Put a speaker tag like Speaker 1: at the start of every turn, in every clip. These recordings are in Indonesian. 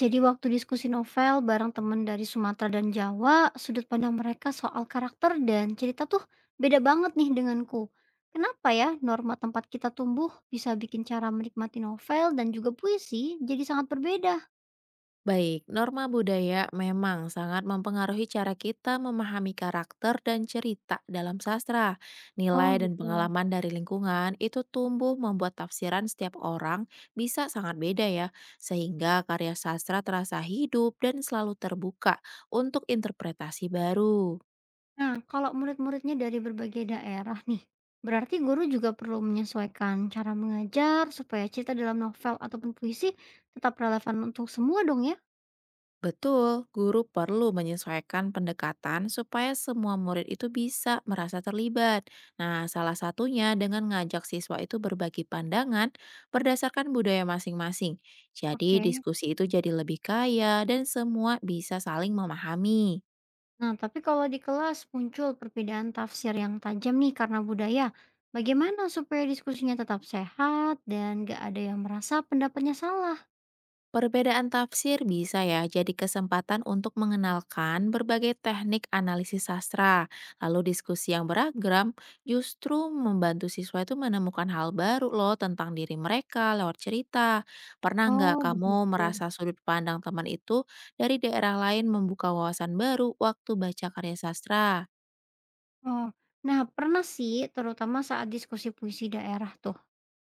Speaker 1: Jadi waktu diskusi novel bareng temen dari Sumatera dan Jawa, sudut pandang mereka soal karakter dan cerita tuh beda banget nih denganku. Kenapa ya norma tempat kita tumbuh bisa bikin cara menikmati novel dan juga puisi jadi sangat berbeda?
Speaker 2: Baik, norma budaya memang sangat mempengaruhi cara kita memahami karakter dan cerita dalam sastra.
Speaker 1: Oh
Speaker 2: Nilai dan
Speaker 1: gitu.
Speaker 2: pengalaman dari lingkungan itu tumbuh membuat tafsiran setiap orang bisa sangat beda ya, sehingga karya sastra terasa hidup dan selalu terbuka untuk interpretasi baru.
Speaker 1: Nah, kalau murid-muridnya dari berbagai daerah nih, berarti guru juga perlu menyesuaikan cara mengajar supaya cerita dalam novel ataupun puisi tetap relevan untuk semua dong ya?
Speaker 2: Betul, guru perlu menyesuaikan pendekatan supaya semua murid itu bisa merasa terlibat. Nah, salah satunya dengan ngajak siswa itu berbagi pandangan berdasarkan budaya masing-masing. Jadi,
Speaker 1: Oke.
Speaker 2: diskusi itu jadi lebih kaya dan semua bisa saling memahami.
Speaker 1: Nah, tapi kalau di kelas muncul perbedaan tafsir yang tajam nih karena budaya, bagaimana supaya diskusinya tetap sehat dan gak ada yang merasa pendapatnya salah?
Speaker 2: Perbedaan tafsir bisa ya jadi kesempatan untuk mengenalkan berbagai teknik analisis sastra. Lalu diskusi yang beragam justru membantu siswa itu menemukan hal baru loh tentang diri mereka lewat cerita. Pernah nggak
Speaker 1: Oh,
Speaker 2: kamu
Speaker 1: begitu.
Speaker 2: merasa sudut pandang teman itu dari daerah lain membuka wawasan baru waktu baca karya sastra?
Speaker 1: Oh, nah pernah sih, terutama saat diskusi puisi daerah tuh.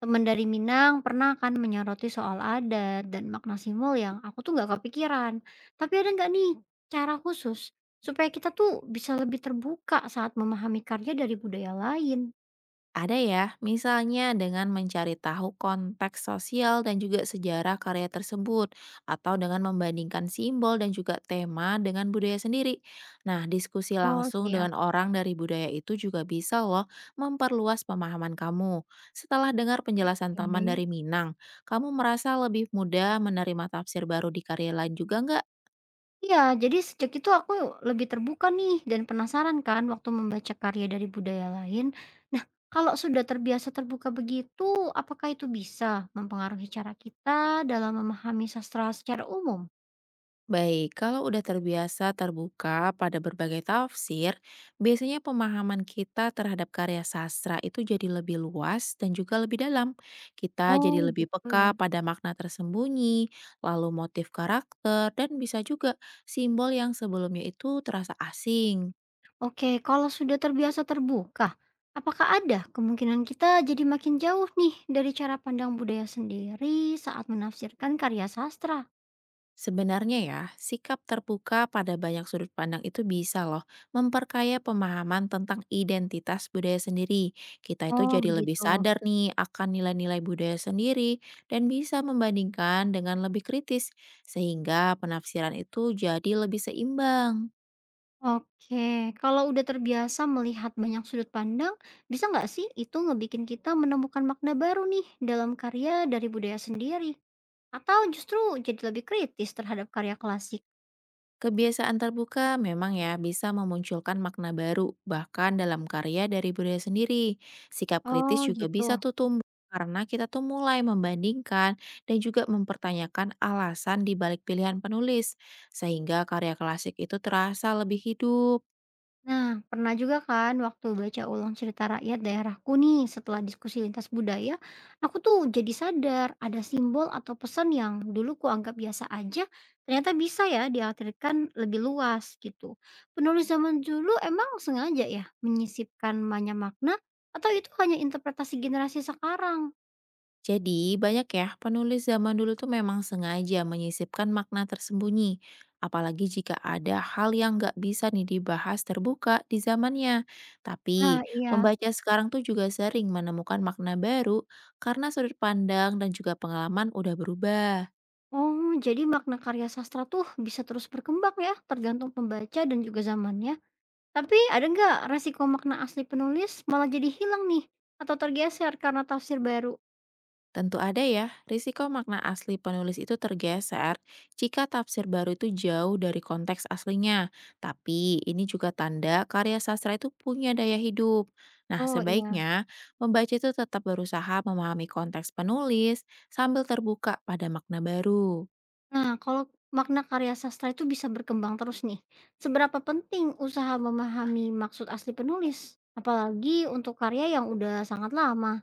Speaker 1: Temen dari Minang pernah kan menyoroti soal adat dan makna simbol yang aku tuh gak kepikiran. Tapi ada nggak nih cara khusus supaya kita tuh bisa lebih terbuka saat memahami karya dari budaya lain?
Speaker 2: Ada ya, misalnya dengan mencari tahu konteks sosial dan juga sejarah karya tersebut, atau dengan membandingkan simbol dan juga tema dengan budaya sendiri. Nah, diskusi
Speaker 1: Oh,
Speaker 2: langsung
Speaker 1: siap.
Speaker 2: dengan orang dari budaya itu juga bisa loh memperluas pemahaman kamu. Setelah dengar penjelasan teman
Speaker 1: Oke.
Speaker 2: dari Minang, kamu merasa lebih mudah menerima tafsir baru di karya lain juga nggak?
Speaker 1: Iya, jadi sejak itu aku lebih terbuka nih dan penasaran kan waktu membaca karya dari budaya lain. Nah, kalau sudah terbiasa terbuka begitu, apakah itu bisa mempengaruhi cara kita dalam memahami sastra secara umum?
Speaker 2: Baik, kalau udah terbiasa terbuka pada berbagai tafsir, biasanya pemahaman kita terhadap karya sastra itu jadi lebih luas dan juga lebih dalam. Kita jadi
Speaker 1: Oh,
Speaker 2: lebih
Speaker 1: gitu ya.
Speaker 2: peka pada makna tersembunyi, lalu motif karakter, dan bisa juga simbol yang sebelumnya itu terasa asing.
Speaker 1: Oke, kalau sudah terbiasa terbuka, apakah ada kemungkinan kita jadi makin jauh nih dari cara pandang budaya sendiri saat menafsirkan karya sastra?
Speaker 2: Sebenarnya ya, sikap terbuka pada banyak sudut pandang itu bisa loh memperkaya pemahaman tentang identitas budaya sendiri. Kita itu
Speaker 1: Oh,
Speaker 2: jadi lebih
Speaker 1: begitu.
Speaker 2: sadar nih akan nilai-nilai budaya sendiri dan bisa membandingkan dengan lebih kritis sehingga penafsiran itu jadi lebih seimbang.
Speaker 1: Oke, kalau udah terbiasa melihat banyak sudut pandang, bisa nggak sih itu ngebikin kita menemukan makna baru nih dalam karya dari budaya sendiri? Atau justru jadi lebih kritis terhadap karya klasik?
Speaker 2: Kebiasaan terbuka memang ya bisa memunculkan makna baru, bahkan dalam karya dari budaya sendiri. Sikap
Speaker 1: Oh
Speaker 2: kritis juga
Speaker 1: gitu.
Speaker 2: bisa tuh tumbuh karena kita tuh mulai membandingkan dan juga mempertanyakan alasan di balik pilihan penulis, sehingga karya klasik itu terasa lebih hidup.
Speaker 1: Nah, pernah juga kan waktu baca ulang cerita rakyat daerahku nih setelah diskusi lintas budaya, aku tuh jadi sadar ada simbol atau pesan yang dulu ku anggap biasa aja, ternyata bisa ya diartikan lebih luas gitu. Penulis zaman dulu emang sengaja ya menyisipkan banyak makna atau itu hanya interpretasi generasi sekarang?
Speaker 2: Jadi, banyak ya penulis zaman dulu tuh memang sengaja menyisipkan makna tersembunyi. Apalagi jika ada hal yang nggak bisa nih dibahas terbuka di zamannya.
Speaker 1: Ah
Speaker 2: Tapi,
Speaker 1: iya,
Speaker 2: pembaca sekarang tuh juga sering menemukan makna baru karena sudut pandang dan juga pengalaman udah berubah.
Speaker 1: oh jadi makna karya sastra tuh bisa terus berkembang ya tergantung pembaca dan juga zamannya. Tapi ada nggak resiko makna asli penulis malah jadi hilang nih atau tergeser karena tafsir baru?
Speaker 2: Tentu ada ya, risiko makna asli penulis itu tergeser jika tafsir baru itu jauh dari konteks aslinya. Tapi ini juga tanda karya sastra itu punya daya hidup. Nah,
Speaker 1: Oh iya.
Speaker 2: sebaiknya membaca itu tetap berusaha memahami konteks penulis sambil terbuka pada makna baru.
Speaker 1: Nah, kalau makna karya sastra itu bisa berkembang terus nih. Seberapa penting usaha memahami maksud asli penulis? Apalagi untuk karya yang udah sangat lama.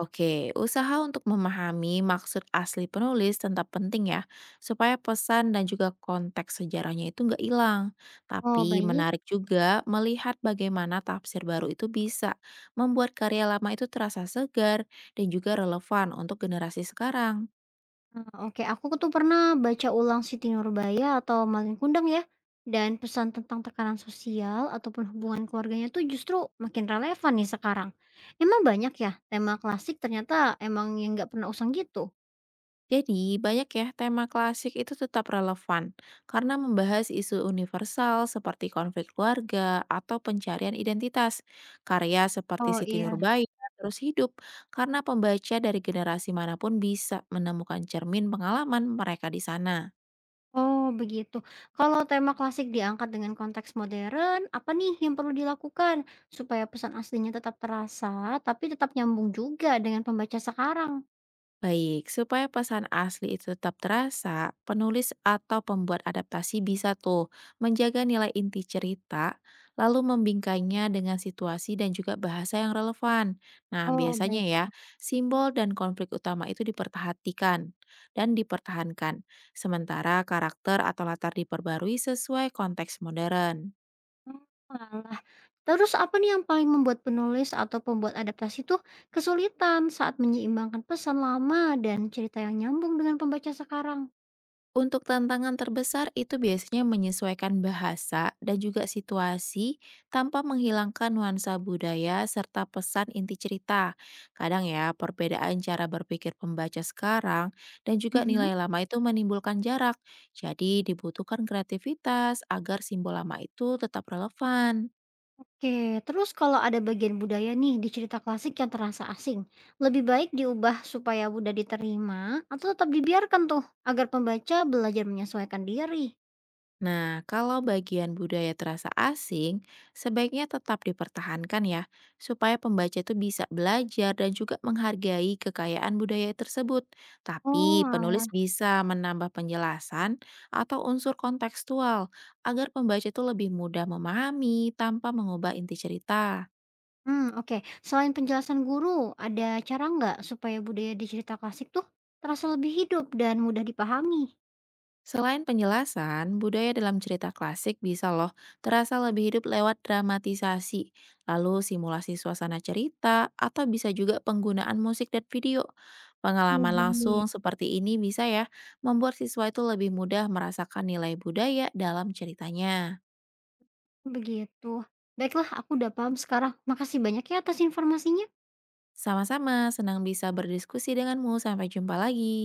Speaker 2: Oke, usaha untuk memahami maksud asli penulis tetap penting ya, supaya pesan dan juga konteks sejarahnya itu nggak hilang.
Speaker 1: Oh,
Speaker 2: Tapi
Speaker 1: baik.
Speaker 2: menarik juga melihat bagaimana tafsir baru itu bisa membuat karya lama itu terasa segar dan juga relevan untuk generasi sekarang.
Speaker 1: Oke, aku tuh pernah baca ulang Siti Nurbaya atau Malin Kundang ya, dan pesan tentang tekanan sosial ataupun hubungan keluarganya tuh justru makin relevan nih sekarang. Emang banyak ya tema klasik ternyata emang yang nggak pernah usang gitu?
Speaker 2: Jadi, banyak ya tema klasik itu tetap relevan karena membahas isu universal seperti konflik keluarga atau pencarian identitas. Karya seperti
Speaker 1: Oh
Speaker 2: Siti
Speaker 1: iya,
Speaker 2: Nurbaya terus hidup karena pembaca dari generasi manapun bisa menemukan cermin pengalaman mereka di sana.
Speaker 1: oh begitu. Kalau tema klasik diangkat dengan konteks modern, apa nih yang perlu dilakukan supaya pesan aslinya tetap terasa, tapi tetap nyambung juga dengan pembaca sekarang?
Speaker 2: Baik, supaya pesan asli itu tetap terasa, penulis atau pembuat adaptasi bisa tuh menjaga nilai inti cerita, lalu membingkainya dengan situasi dan juga bahasa yang relevan. Nah,
Speaker 1: Oh,
Speaker 2: biasanya
Speaker 1: baik.
Speaker 2: ya, simbol dan konflik utama itu diperhatikan dan dipertahankan, sementara karakter atau latar diperbarui sesuai konteks modern.
Speaker 1: Oh, alah. Terus apa nih yang paling membuat penulis atau pembuat adaptasi tuh kesulitan saat menyeimbangkan pesan lama dan cerita yang nyambung dengan pembaca sekarang?
Speaker 2: Untuk tantangan terbesar itu biasanya menyesuaikan bahasa dan juga situasi tanpa menghilangkan nuansa budaya serta pesan inti cerita. Kadang ya, perbedaan cara berpikir pembaca sekarang dan juga
Speaker 1: Mhm.
Speaker 2: nilai lama itu menimbulkan jarak. Jadi dibutuhkan kreativitas agar simbol lama itu tetap relevan.
Speaker 1: Oke, terus kalau ada bagian budaya nih di cerita klasik yang terasa asing, lebih baik diubah supaya mudah diterima atau tetap dibiarkan tuh agar pembaca belajar menyesuaikan diri?
Speaker 2: Nah, kalau bagian budaya terasa asing, sebaiknya tetap dipertahankan ya, supaya pembaca itu bisa belajar dan juga menghargai kekayaan budaya tersebut.
Speaker 1: Oh,
Speaker 2: Tapi penulis
Speaker 1: alah.
Speaker 2: bisa menambah penjelasan atau unsur kontekstual agar pembaca itu lebih mudah memahami tanpa mengubah inti cerita.
Speaker 1: Hmm, oke. Selain penjelasan guru, ada cara nggak supaya budaya di cerita klasik tuh terasa lebih hidup dan mudah dipahami?
Speaker 2: Selain penjelasan, budaya dalam cerita klasik bisa loh terasa lebih hidup lewat dramatisasi, lalu simulasi suasana cerita, atau bisa juga penggunaan musik dan video.
Speaker 1: Oh,
Speaker 2: Pengalaman
Speaker 1: baik.
Speaker 2: langsung seperti ini bisa ya membuat siswa itu lebih mudah merasakan nilai budaya dalam ceritanya.
Speaker 1: Begitu. Baiklah, aku udah paham sekarang. Makasih banyak ya atas informasinya.
Speaker 2: Sama-sama, senang bisa berdiskusi denganmu. Sampai jumpa lagi.